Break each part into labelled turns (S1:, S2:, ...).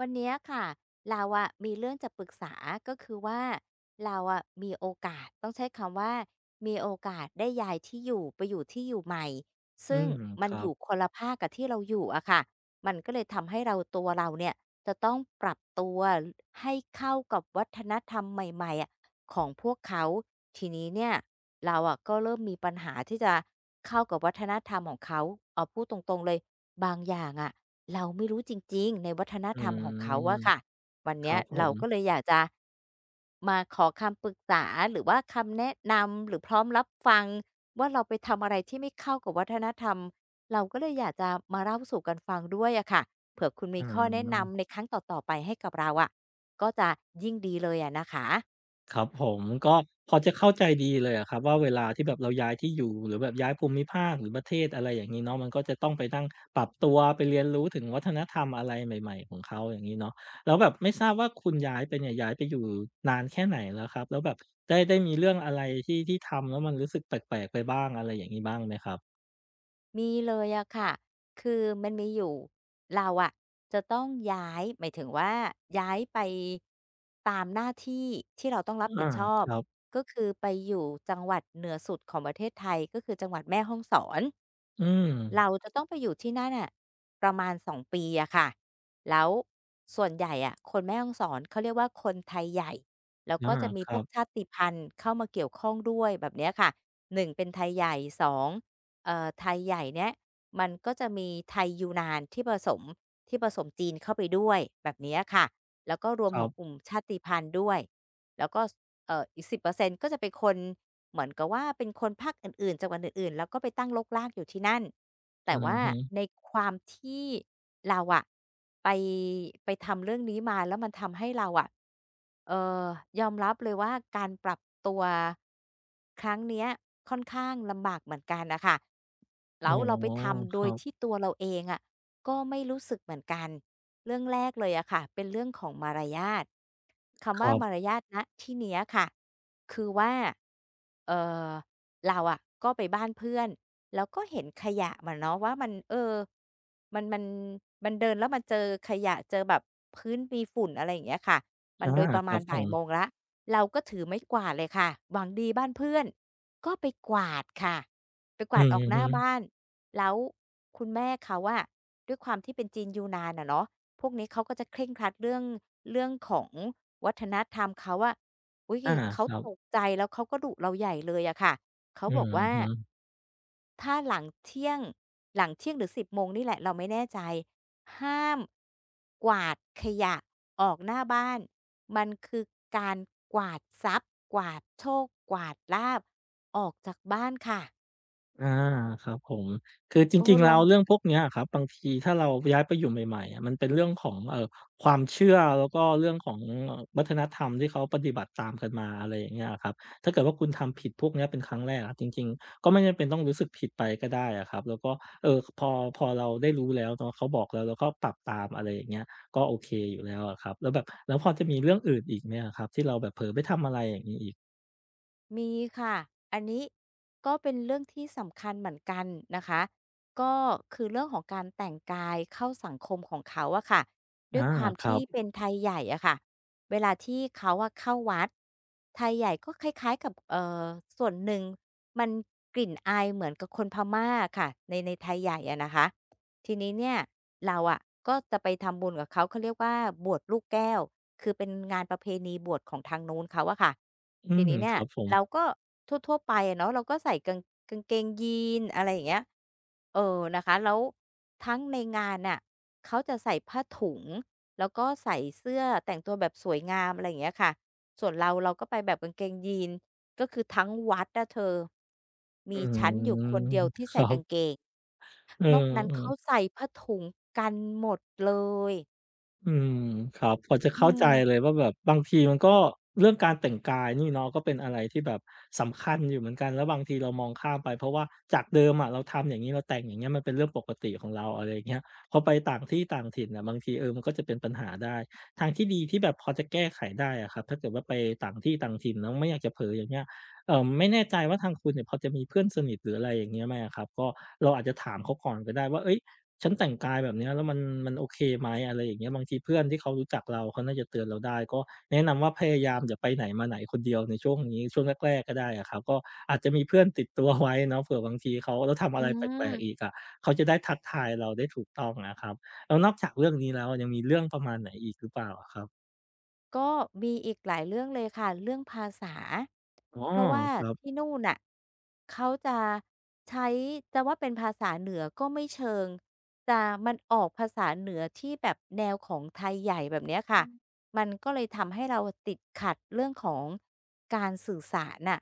S1: วันเนี้ยค่ะเราอะมีเรื่องจะปรึกษาก็คือว่าเราอะมีโอกาสต้องใช้คำว่ามีโอกาสได้ย้ายที่อยู่ไปอยู่ที่อยู่ใหม่
S2: อื
S1: ซึ่ง
S2: มค
S1: มัน
S2: รั
S1: อ
S2: บ
S1: ยู่คนละภาคกับที่เราอยู่อะค่ะมันก็เลยทำให้เราตัวเราเนี่ยจะต้องปรับตัวให้เข้ากับวัฒนธรรมใหม่ๆอะ ของพวกเขาทีนี้เนี่ยเราอะก็เริ่มมีปัญหาที่จะเข้ากับวัฒนธรรมของเขาเอาพูดตรงๆเลยบางอย่างอะเราไม่รู้จริงๆในวัฒน
S2: อื
S1: ธรรมของเขา
S2: ม
S1: อะค่ะวัน
S2: ค
S1: เนี้
S2: รั
S1: ย
S2: บผ
S1: เรา
S2: ม
S1: ก็เลยอยากจะมาขอคำปรึกษาหรือว่าคำแนะนำหรือพร้อมรับฟังว่าเราไปทำอะไรที่ไม่เข้ากับวัฒนธรรมเราก็เลยอยากจะมาเล่าสู่กันฟังด้วยอะค่ะเผื่อคุณมี
S2: อา
S1: ข้อแนะนำในครั้งต่อๆไปให้กับเราอะก็จะยิ่งดีเลยอะนะคะ
S2: ครับผมก็พอจะเข้าใจดีเลยอะครับว่าเวลาที่แบบเราย้ายที่อยู่หรือแบบย้ายภูมิภาคหรือประเทศอะไรอย่างงี้เนาะมันก็จะต้องไปนั่งปรับตัวไปเรียนรู้ถึงวัฒนธรรมอะไรใหม่ๆของเขาอย่างงี้เนาะแล้วแบบไม่ทราบว่าคุณย้ายไปเนี่ยย้ายไปอยู่นานแค่ไหนแล้วครับแล้วแบบได้มีเรื่องอะไรที่ทำแล้วมันรู้สึกแปลกๆไปบ้างอะไรอย่างงี้บ้างไหมครับ
S1: มีเลยอะค่ะ คือมันมีอยู่เราอะจะต้องย้ายหมายถึงว่าย้ายไปตามหน้าที่ที่เราต้องรับผิ
S2: อา
S1: ดชอ
S2: ค
S1: บ
S2: รับ
S1: ก็คือไปอยู่จังหวัดเหนือสุดของประเทศไทย ก็คือจังหวัดแม่ฮ่องสอน
S2: อืม
S1: เราจะต้องไปอยู่ที่นั่นน่ะประมาณ2 ปีอะค่ะแล้วส่วนใหญ่อะคนแม่ฮ่องสอนเขาเรียกว่าคนไทยใหญ่แล้ว
S2: อา
S1: ก็จะมี
S2: ค
S1: พ
S2: รั
S1: วก
S2: บ
S1: ชาติพันธุ์เข้ามาเกี่ยวข้องด้วยแบบเนี้ยค่ะหนึ่งเป็นไทยใหญ่สองไทยใหญ่เนี้ยมันก็จะมีไทยยูนานที่ผสมจีนเข้าไปด้วยแบบเนี้ยค่ะแล้วก็รวม
S2: ค
S1: ข
S2: รั
S1: องกลุ่ม
S2: บ
S1: ชาติพันธุ์ด้วยแล้วก็สอีก10%ก็จะเป็นคนเหมือนกับว่าเป็นคนภาคอื่นๆจังหวัดอื่นๆแล้วก็ไปตั้งรกรากอยู่ที่นั่น
S2: อื
S1: แต่
S2: อ
S1: ว่า
S2: ฮึ
S1: ในความที่เราอะไปทำเรื่องนี้มาแล้วมันทำให้เราอะเอ่อยอมรับเลยว่าการปรับตัวครั้งเนี้ยค่อนข้างลำบากเหมือนกันนะคะ
S2: อ๋อ
S1: แล้วเราไปทำ
S2: ค
S1: โด
S2: รั
S1: ยที่
S2: บ
S1: ตัวเราเองอะก็ไม่รู้สึกเหมือนกันเรื่องแรกเลยอะค่ะเป็นเรื่องของมารยาท
S2: ค
S1: คำว่า
S2: รั
S1: มาร
S2: บ
S1: ยาทณที่เนี้ยค่ะ คือว่าเออเราอะก็ไปบ้านเพื่อนแล้วก็เห็นขยะมันเนาะว่ามันมันมันเดินแล้วมันเจอขยะเจอแบบพื้นมีฝุ่นอะไรอย่างเงี้ยค่ะมั
S2: อา
S1: นโดยประ
S2: ครั
S1: มาณ
S2: บผ
S1: บ่าย
S2: ม
S1: โมงละเราก็ถือไม้กวาดเลยค่ะหวังดีบ้านเพื่อนก็ไปกวาดค่ะไปก
S2: อื
S1: วาด
S2: อ
S1: ออกห
S2: ฮึ
S1: น้าบ้านแล้วคุณแม่เขาว่าด้วยความที่เป็นจีนยูนานอะเนาะพวกนี้เขาก็จะเคร่งครัดเรื่องของวัฒนธรรมเขาอะ อุ๊ย
S2: อาค
S1: เขา
S2: รั
S1: ตก
S2: บ
S1: ใจแล้วเขาก็ดุเราใหญ่เลยอะค่ะเขา
S2: อือ
S1: บอกว่า
S2: ฮึ
S1: ถ้าหลังเที่ยงหรือ10โมงนี่แหละเราไม่แน่ใจห้ามกวาดขยะออกหน้าบ้านมันคือการกวาดทรัพย์กวาดโชคกวาดลาภออกจากบ้านค่ะ
S2: อาครับผมคือจ
S1: โอ้
S2: ริงๆแล้
S1: เรา
S2: วเรื่องพวกเนี้ยอะครับบางทีถ้าเราย้ายไปอยู่ใหม่ๆอะมันเป็นเรื่องของความเชื่อแล้วก็เรื่องของวัฒนธรรมที่เขาปฏิบัติตามกันมาอะไรอย่างเงี้ยอะครับถ้าเกิดว่าคุณทำผิดพวกเนี้ยเป็นครั้งแรกอะจริงๆก็ไม่จำเป็นต้องรู้สึกผิดไปก็ได้อะครับแล้วก็เอ่อพอพอเราได้รู้แล้วเนาะเขาบอกแล้วเราก็ปรับตามอะไรอย่างเงี้ยก็โอเคอยู่แล้วอะครับแล้วแบบแล้วพอจะมีเรื่องอื่นอีกไหมอะครับที่เราแบบเผลอไปทำอะไรอย่างงี้อีก
S1: มีค่ะ อันนี้ก็เป็นเรื่องที่สำคัญเหมือนกันนะคะก็คือเรื่องของการแต่งกายเข้าสังคมของเขาอะค่ะด้วย
S2: อา
S1: ความ
S2: ครั
S1: ที่
S2: บ
S1: เป็นไทยใหญ่อะค่ะ เวลาที่เขาอะเข้าวัดไทยใหญ่ก็คล้ายๆกับส่วนหนึ่งมันกลิ่นอายเหมือนกับคนพม่าค่ะในไทยใหญ่อะนะคะ ทีนี้เนี่ยเราอะก็จะไปทำบุญกับเขาเขาเรียกว่าบวชลูกแก้วคือเป็นงานประเพณีบวชของทางนู้นเขาอะค่ะ
S2: อื
S1: ที
S2: ม
S1: นี้เนี่
S2: ค
S1: ย
S2: รับผม
S1: เราก็ทั่วๆไปอะเนาะเราก็ใส่กางกางเกงยีนอะไรอย่างเงี้ยเออนะคะแล้วทั้งในงานน่ะเขาจะใส่ผ้าถุงแล้วก็ใส่เสื้อแต่งตัวแบบสวยงามอะไรอย่างเงี้ยค่ะส่วนเราเราก็ไปแบบกางเกงยีนก็คือทั้งวัดอะเธอ
S2: อื
S1: มีฉันอยู่ค
S2: ม
S1: นเดียวที่
S2: ค
S1: ใส่
S2: รั
S1: กาง
S2: บ
S1: เกง
S2: เออ
S1: นอกนั้นเขา
S2: ๆ
S1: ใส่ผ้าถุงกันหมดเลย
S2: อืมครับพอจะ
S1: อื
S2: เข้าใจ
S1: ม
S2: เลยว่าแบบบางทีมันก็เรื่องการแต่งกายนี่เนาะก็เป็นอะไรที่แบบสำคัญอยู่เหมือนกันแล้วบางทีเรามองข้ามไปเพราะว่าจากเดิมอะเราทำอย่างงี้เราแต่งอย่างเงี้ยมันเป็นเรื่องปกติของเราอะไรอย่างเงี้ยพอไปต่างที่ต่างถิ่นอะบางทีเออมันก็จะเป็นปัญหาได้ทางที่ดีที่แบบพอจะแก้ไขได้อะครับถ้าเกิดว่าไปต่างที่ต่างถิ่นแล้วไม่อยากจะเผลออย่างเงี้ยไม่แน่ใจว่าทางคุณเนี่ยพอจะมีเพื่อนสนิทหรืออะไรอย่างเงี้ยไหมอะครับก็เราอาจจะถามเขาก่อนก็ได้ว่าเฮ้ย ฉันแต่งกายแบบเนี้ยแล้วมันโอเคไหมอะไรอย่างเงี้ยบางทีเพื่อนที่เขารู้จักเราเขาน่าจะเตือนเราได้ก็แนะนำว่าพยายามอย่าไปไหนมาไหนคนเดียวในช่วงนี้ช่วงแรกๆก็ได้อะครับก็อาจจะมีเพื่อนติดตัวไว้เนาะเผื่อบางทีเขาเราทำ
S1: อื
S2: อะไรแปลกๆอีก
S1: ม
S2: อะเขาจะได้ทักทายเราได้ถูกต้องอะครับแล้วนอกจากเรื่องนี้แล้วอะยังมีเรื่องประมาณไหนอีกหรือเปล่าอะครับ
S1: ก็มีอีกหลายเรื่องเลยค่ะเรื่องภาษา
S2: อ๋อ
S1: เพราะว่า
S2: ครับ
S1: ที่นู่นน่ะเขาจะใช้จะว่าเป็นภาษาเหนือก็ไม่เชิงแต่มันออกภาษาเหนือที่แบบแนวของไทยใหญ่แบบเนี้ยค่ะมันก็เลยทำให้เราติดขัดเรื่องของการสื่อสารน่ะ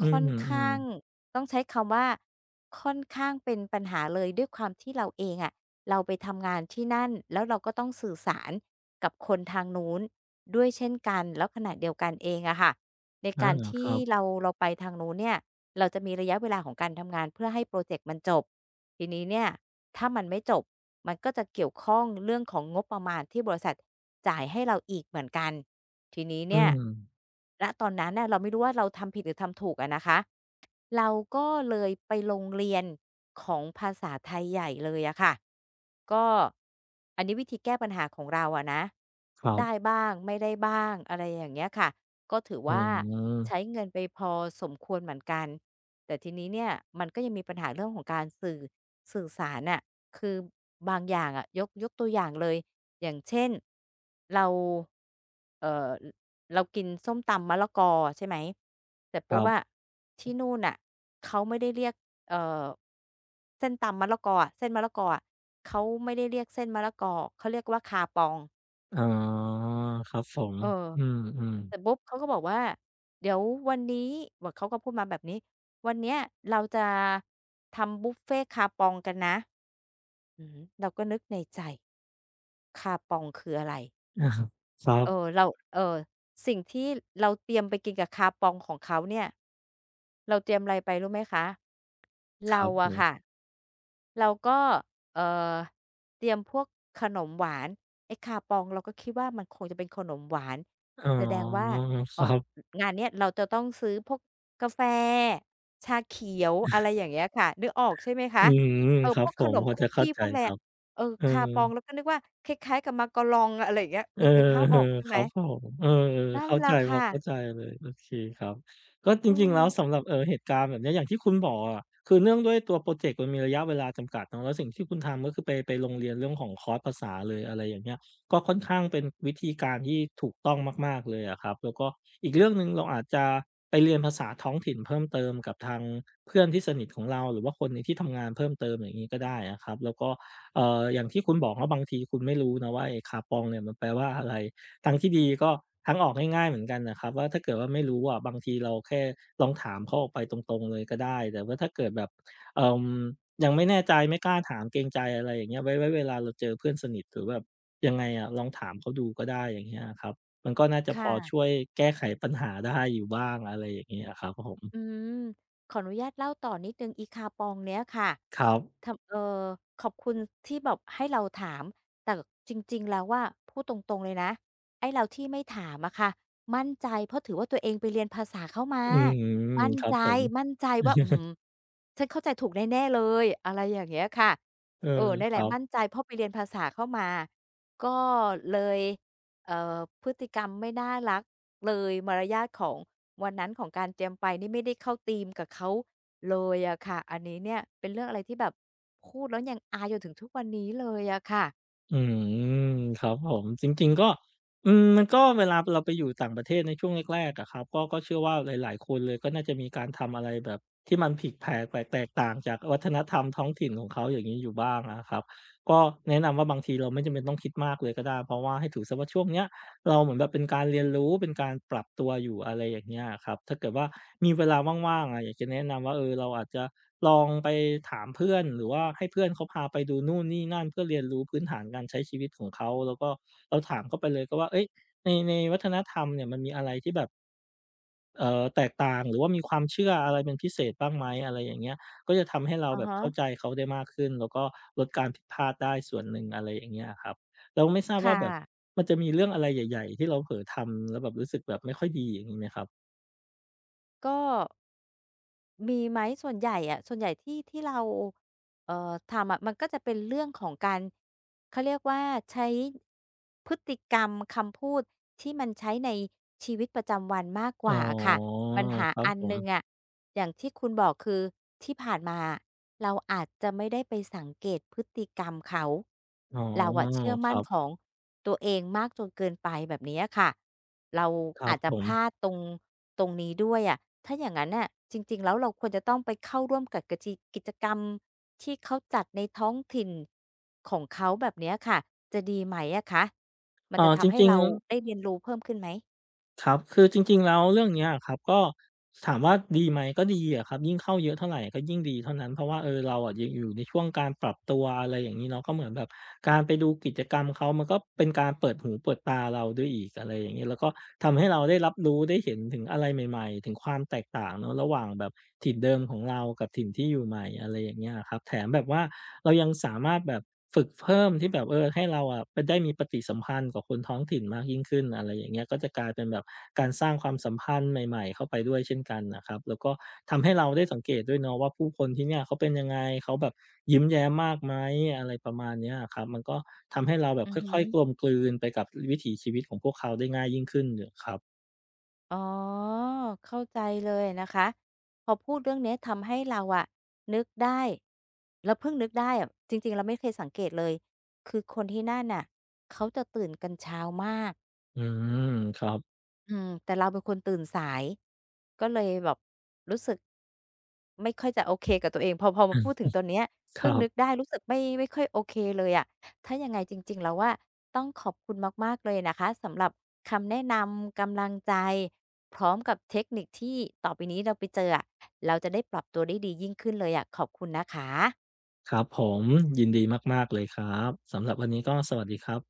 S2: อื
S1: ค่อน
S2: ม
S1: ข้าง
S2: ๆ
S1: ต้องใช้คำว่าค่อนข้างเป็นปัญหาเลยด้วยความที่เราเองอะเราไปทำงานที่นั่นแล้วเราก็ต้องสื่อสาร กับคนทางนู้นด้วยเช่นกันแล้วขณะเดียวกันเองอะค่ะใน
S2: อา
S1: การ
S2: ค
S1: ที่
S2: รับ
S1: เราไปทางนู้นเนี่ยเราจะมีระยะเวลาของการทำงานเพื่อให้พรอเจกต์มันจบทีนี้เนี่ยถ้ามันไม่จบมันก็จะเกี่ยวข้องเรื่องของงบประมาณที่บริษัทจ่ายให้เราอีกเหมือนกันทีนี้
S2: อื
S1: เนี่ย
S2: ม
S1: ณตอนนั้นน่ะเราไม่รู้ว่าเราทำผิดหรือทำถูกอะนะคะ เราก็เลยไปลงเรียนของภาษาไทยใหญ่เลยอะค่ะก็อันนี้วิธีแก้ปัญหาของเราอะนะ
S2: ครั
S1: ได้
S2: บ
S1: บ้างไม่ได้บ้างอะไรอย่างเงี้ยค่ะก็ถือ
S2: อื
S1: ว่าใช้
S2: ม
S1: เงินไปพอสมควรเหมือนกันแต่ทีนี้เนี่ยมันก็ยังมีปัญหาเรื่องของการสื่อสารน่ะคือบางอย่างอะยกตัวอย่างเลยอย่างเช่นเราเอ่อ เรากินส้มตำมะละกอใช่ไหมเสร็จ
S2: ค
S1: ปุ๊
S2: รั
S1: บอะ
S2: บ
S1: ที่นู่นน่ะเขาไม่ได้เรียกเอ่อเส้นตำมะละกออะเส้นมะละกออะเขาไม่ได้เรียกเส้นมะละกอเขาเรียกว่าคาปอง
S2: อ๋อครับผมอื
S1: เออ
S2: ม
S1: เสร็จ
S2: ๆ
S1: ปุ๊บเขาก็บอกว่าเดี๋ยววันนี้แบบเขาก็พูดมาแบบนี้วันเนี้ยเราจะทำบุฟเฟต์คาปองกันนะอือฮึเราก็นึกในใจคาปองคืออะไร
S2: อาครับ
S1: เออเราเออสิ่งที่เราเตรียมไปกินกับคาปองของเขาเนี่ยเราเตรียมอะไรไปรู้ไหมคะ
S2: ครั
S1: เรา
S2: บผ
S1: อะค่ะ
S2: ม
S1: เราก็เอ่อเตรียมพวกขนมหวานไอ้คาปองเราก็คิดว่ามันคงจะเป็นขนมหวาน
S2: อ๋อ
S1: แสดงว่า
S2: ค
S1: เอ่อ
S2: รับ
S1: งานเนี้ยเราจะต้องซื้อพวกกาแฟชาเขียวอะไรอย่างเงี้ยค่ะนึกออกใช่ไหม
S2: อื
S1: คะ
S2: ม
S1: เออ
S2: ครั
S1: พ
S2: บ
S1: วก
S2: ผ
S1: ข
S2: ม
S1: น
S2: พ
S1: ม
S2: อ
S1: คุ
S2: จะ
S1: ก
S2: เข้า
S1: กี้
S2: ใจ
S1: พวกไร
S2: ครับ
S1: เออ
S2: เออ
S1: คาปองแล้วก็นึกว่าคล้ายๆกับมากาลองอะไรอย่างเงี้ย
S2: เอ
S1: นึ
S2: อ
S1: กนึกภาพออกใช่
S2: ๆค
S1: ไหม
S2: รับผมเออ
S1: นั่น
S2: เข้า
S1: แห
S2: ใจ
S1: ละ
S2: พอ
S1: ค่ะ
S2: เข้าใจเลยโอเคครับก็จ
S1: อื
S2: ริงๆ
S1: ม
S2: แล้วสำหรับเหตุการณ์แบบเนี้ยอย่างที่คุณบอกอะคือเนื่องด้วยตัวพรอเจกต์มันมีระยะเวลาจำกัดเนาะแล้วสิ่งที่คุณทำก็คือไปลงเรียนเรื่องของคอร์สภาษาเลยอะไรอย่างเงี้ยก็ค่อนข้างเป็นวิธีการที่ถูกต้องมากๆเลยอะครับแล้วก็อีกเรื่องหนึ่งเราอาจจะไปเรียนภาษาท้องถิ่นเพิ่มเติมกับทางเพื่อนที่สนิทของเราหรือว่าคนในที่ทำงานเพิ่มเติมอย่างงี้ก็ได้อะครับแล้วก็ อย่างที่คุณบอกว่าบางทีคุณไม่รู้นะว่าไอ้ขาปองเนี่ยมันแปลว่าอะไรทางที่ดีก็ทางออกง่ายๆเหมือนกันน่ะครับว่าถ้าเกิดว่าไม่รู้อะบางทีเราแค่ลองถามเขาออกไปตรงๆเลยก็ได้แต่ว่าถ้าเกิดแบบเอ่อยังไม่แน่ใจไม่กล้าถามเกรงใจอะไรอย่างเงี้ยไว้เวลาเราเจอเพื่อนสนิทหรือแบบยังไงอะลองถามเขาดูก็ได้อย่างเงี้ยอะครับมันก็น่าจะพอช่ว
S1: ค่ะ
S2: ยแก้ไขปัญหาได้อยู่บ้างอะไรอย่างงี้อะครับผม
S1: อืมขออนุญาตเล่าต่อนิดหนึ่งอีคาปองเนี้ยค่ะ
S2: ครับ
S1: ทำเออขอบคุณที่แบบให้เราถามแต่จริงๆแล้วว่าพูดตรงๆเลยนะไอ้เราที่ไม่ถามอะค่ะมั่นใจเพราะถือว่าตัวเองไปเรียนภาษาเข้ามา
S2: อืม
S1: มั่น
S2: ครับ
S1: ใจ
S2: ผม
S1: มั่นใจว่าอืม ฉันเข้าใจถูกแน่ๆเลยอะไรอย่างเงี้ยค่ะ
S2: เออ
S1: เออนั่น
S2: ค
S1: แห
S2: รั
S1: ละ
S2: บ
S1: มั่นใจเพราะไปเรียนภาษาเข้ามาก็เลยเอ่อพฤติกรรมไม่น่ารัก เลยมารยาทของวันนั้นของการแจมไปนี่ไม่ได้เข้าธีมกับเขาเลยอะค่ะอันนี้เนี่ยเป็นเรื่องอะไรที่แบบพูดแล้วยังอายจนถึงทุกวันนี้เลยอะค่ะ
S2: อืมครับผมจริงๆก็อืมมันก็เวลาเราไปอยู่ต่างประเทศในช่วงแรกๆอะครับก็เชื่อว่าหลายๆคนเลยก็น่าจะมีการทำอะไรแบบที่มันผิดแผกแปลกแตกต่างจากวัฒนธรรมท้องถิ่นของเขาอย่างงี้อยู่บ้างอะครับก็แนะนำว่าบางทีเราไม่จำเป็นต้องคิดมากเลยก็ได้เพราะว่าให้ถือเสียว่าช่วงเนี้ย เราเหมือนแบบเป็นการเรียนรู้เป็นการปรับตัวอยู่อะไรอย่างเงี้ยอะครับถ้าเกิดว่ามีเวลาว่างๆอะอยากจะแนะนำว่าเราอาจจะลองไปถามเพื่อนหรือว่าให้เพื่อนเขาพาไปดูนู่นนี่นั่นเพื่อเรียนรู้พื้นฐานการใช้ชีวิตของเขาแล้วก็เราถามเขาไปเลยก็ว่าเฮ้ยในวัฒนธรรมเนี่ยมันมีอะไรที่แบบ แตกต่างหรือว่ามีความเชื่ออะไรเป็นพิเศษบ้างไหมอะไรอย่างเงี้ยก็จะทำให้เรา
S1: อะ
S2: แบบเข้าใจ
S1: ฮะ
S2: เขาได้มากขึ้นแล้วก็ลดการผิดพลาดได้ส่วนหนึ่งอะไรอย่างเงี้ยอะครับแล้วไม่ทราบ
S1: ค่
S2: ว่าแบบ
S1: ะ
S2: มันจะมีเรื่องอะไรใหญ่ๆที่เราเผลอทำแล้วแบบรู้สึกแบบไม่ค่อยดีอย่างงี้ไหมครับ
S1: ก็มีไหมส่วนใหญ่อะส่วนใหญ่ที่เราเอ่อทำอะมันก็จะเป็นเรื่องของการเขาเรียกว่าใช้พฤติกรรมคำพูด ที่มันใช้ในชีวิตประจำวันมากก
S2: อ๋อ
S1: ว่าอะค่ะปัญหา
S2: ครับ
S1: อัน
S2: ผ
S1: หนึ่ง
S2: ม
S1: อะอย่างที่คุณบอกคือที่ผ่านมาอะเราอาจจะไม่ได้ไปสังเกตพฤติกรรมเขา
S2: อ๋อ
S1: เราอะเชื่อ
S2: ค
S1: มั่
S2: รั
S1: นข
S2: บ
S1: องตัวเองมากจนเกินไปแบบนี้อะค่ะเรา
S2: ครั
S1: อา
S2: บ
S1: จจะ
S2: ผ
S1: พ
S2: ม
S1: ลาดตรงนี้ด้วยอะถ้าอย่างนั้นน่ะจริงๆแล้วเราควรจะต้องไปเข้าร่วมกับกะจิกิจกรรมที่เขาจัดในท้องถิ่นของเขาแบบเนี้ยค่ะจะดีไหมอะคะ มันจะ
S2: จ
S1: ทำให้
S2: ริง
S1: เรา
S2: ๆ
S1: ได้เรียนรู้เพิ่มขึ้นไหม
S2: ครับคือจริงๆแล้วเรื่องเนี้ยอะครับก็ถามว่าดีไหมก็ดีอะครับยิ่งเข้าเยอะเท่าไรก็ยิ่งดีเท่านั้นเพราะว่าเราอะยังอยู่ในช่วงการปรับตัวอะไรอย่างงี้เนาะก็เหมือนแบบการไปดูกิจกรรมเขามันก็เป็นการเปิดหูเปิดตาเราด้วยอีกอะไรอย่างงี้แล้วก็ทำให้เราได้รับรู้ได้เห็นถึงอะไรใหม่ๆถึงความแตกต่างเนาะระหว่างแบบถิ่นเดิมของเรากับถิ่นที่อยู่ใหม่อะไรอย่างเงี้ยอะครับแถมแบบว่าเรายังสามารถแบบ ฝึกเพิ่มที่แบบให้เราอะไปได้มีปฏิสัมพันธ์กับคนท้องถิ่นมากยิ่งขึ้นอะไรอย่างเงี้ยก็จะกลายเป็นแบบการสร้างความสัมพันธ์ใหม่ๆเข้าไปด้วยเช่นกันน่ะครับแล้วก็ทำให้เราได้สังเกตด้วยเนาะว่าผู้คนที่เนี่ยเขาเป็นยังไงเขาแบบยิ้มแย้มมากไหมอะไรประมาณเนี้ยอะครับมันก็ทำให้เราแบบ
S1: อือฮึ
S2: ค่อยๆกลมกลืนไปกับวิถีชีวิตของพวกเขาได้ง่ายยิ่งขึ้นอยู่ครับ
S1: อ๋อ เข้าใจเลยนะคะ พอพูดเรื่องเนี้ยทำให้เราอะนึกได้เราเพิ่งนึกได้อะจริงๆเราไม่เคยสังเกตเลย คือคนที่นั่นน่ะเขาจะตื่นกันเช้ามาก
S2: อืมครับ
S1: อืมแต่เราเป็นคนตื่นสายก็เลยแบบรู้สึกไม่ค่อยจะโอเคกับตัวเองพอ
S2: อื
S1: มา
S2: ม
S1: พูดถึงตัวเนี้ย
S2: ครั
S1: เพิ่งนึก
S2: บ
S1: ได้รู้สึกไม่ค่อยโอเคเลยอะถ้ายังไงจริงๆแล้วอะต้องขอบคุณมากๆเลยนะคะสำหรับคำแนะนำกำลังใจพร้อมกับเทคนิคที่ต่อไปนี้เราไปเจออะเราจะได้ปรับตัวได้ดียิ่งขึ้นเลยอะขอบคุณนะคะ
S2: ครับผมยินดีมากๆเลยครับสำหรับวันนี้ก็สวัสดีครับ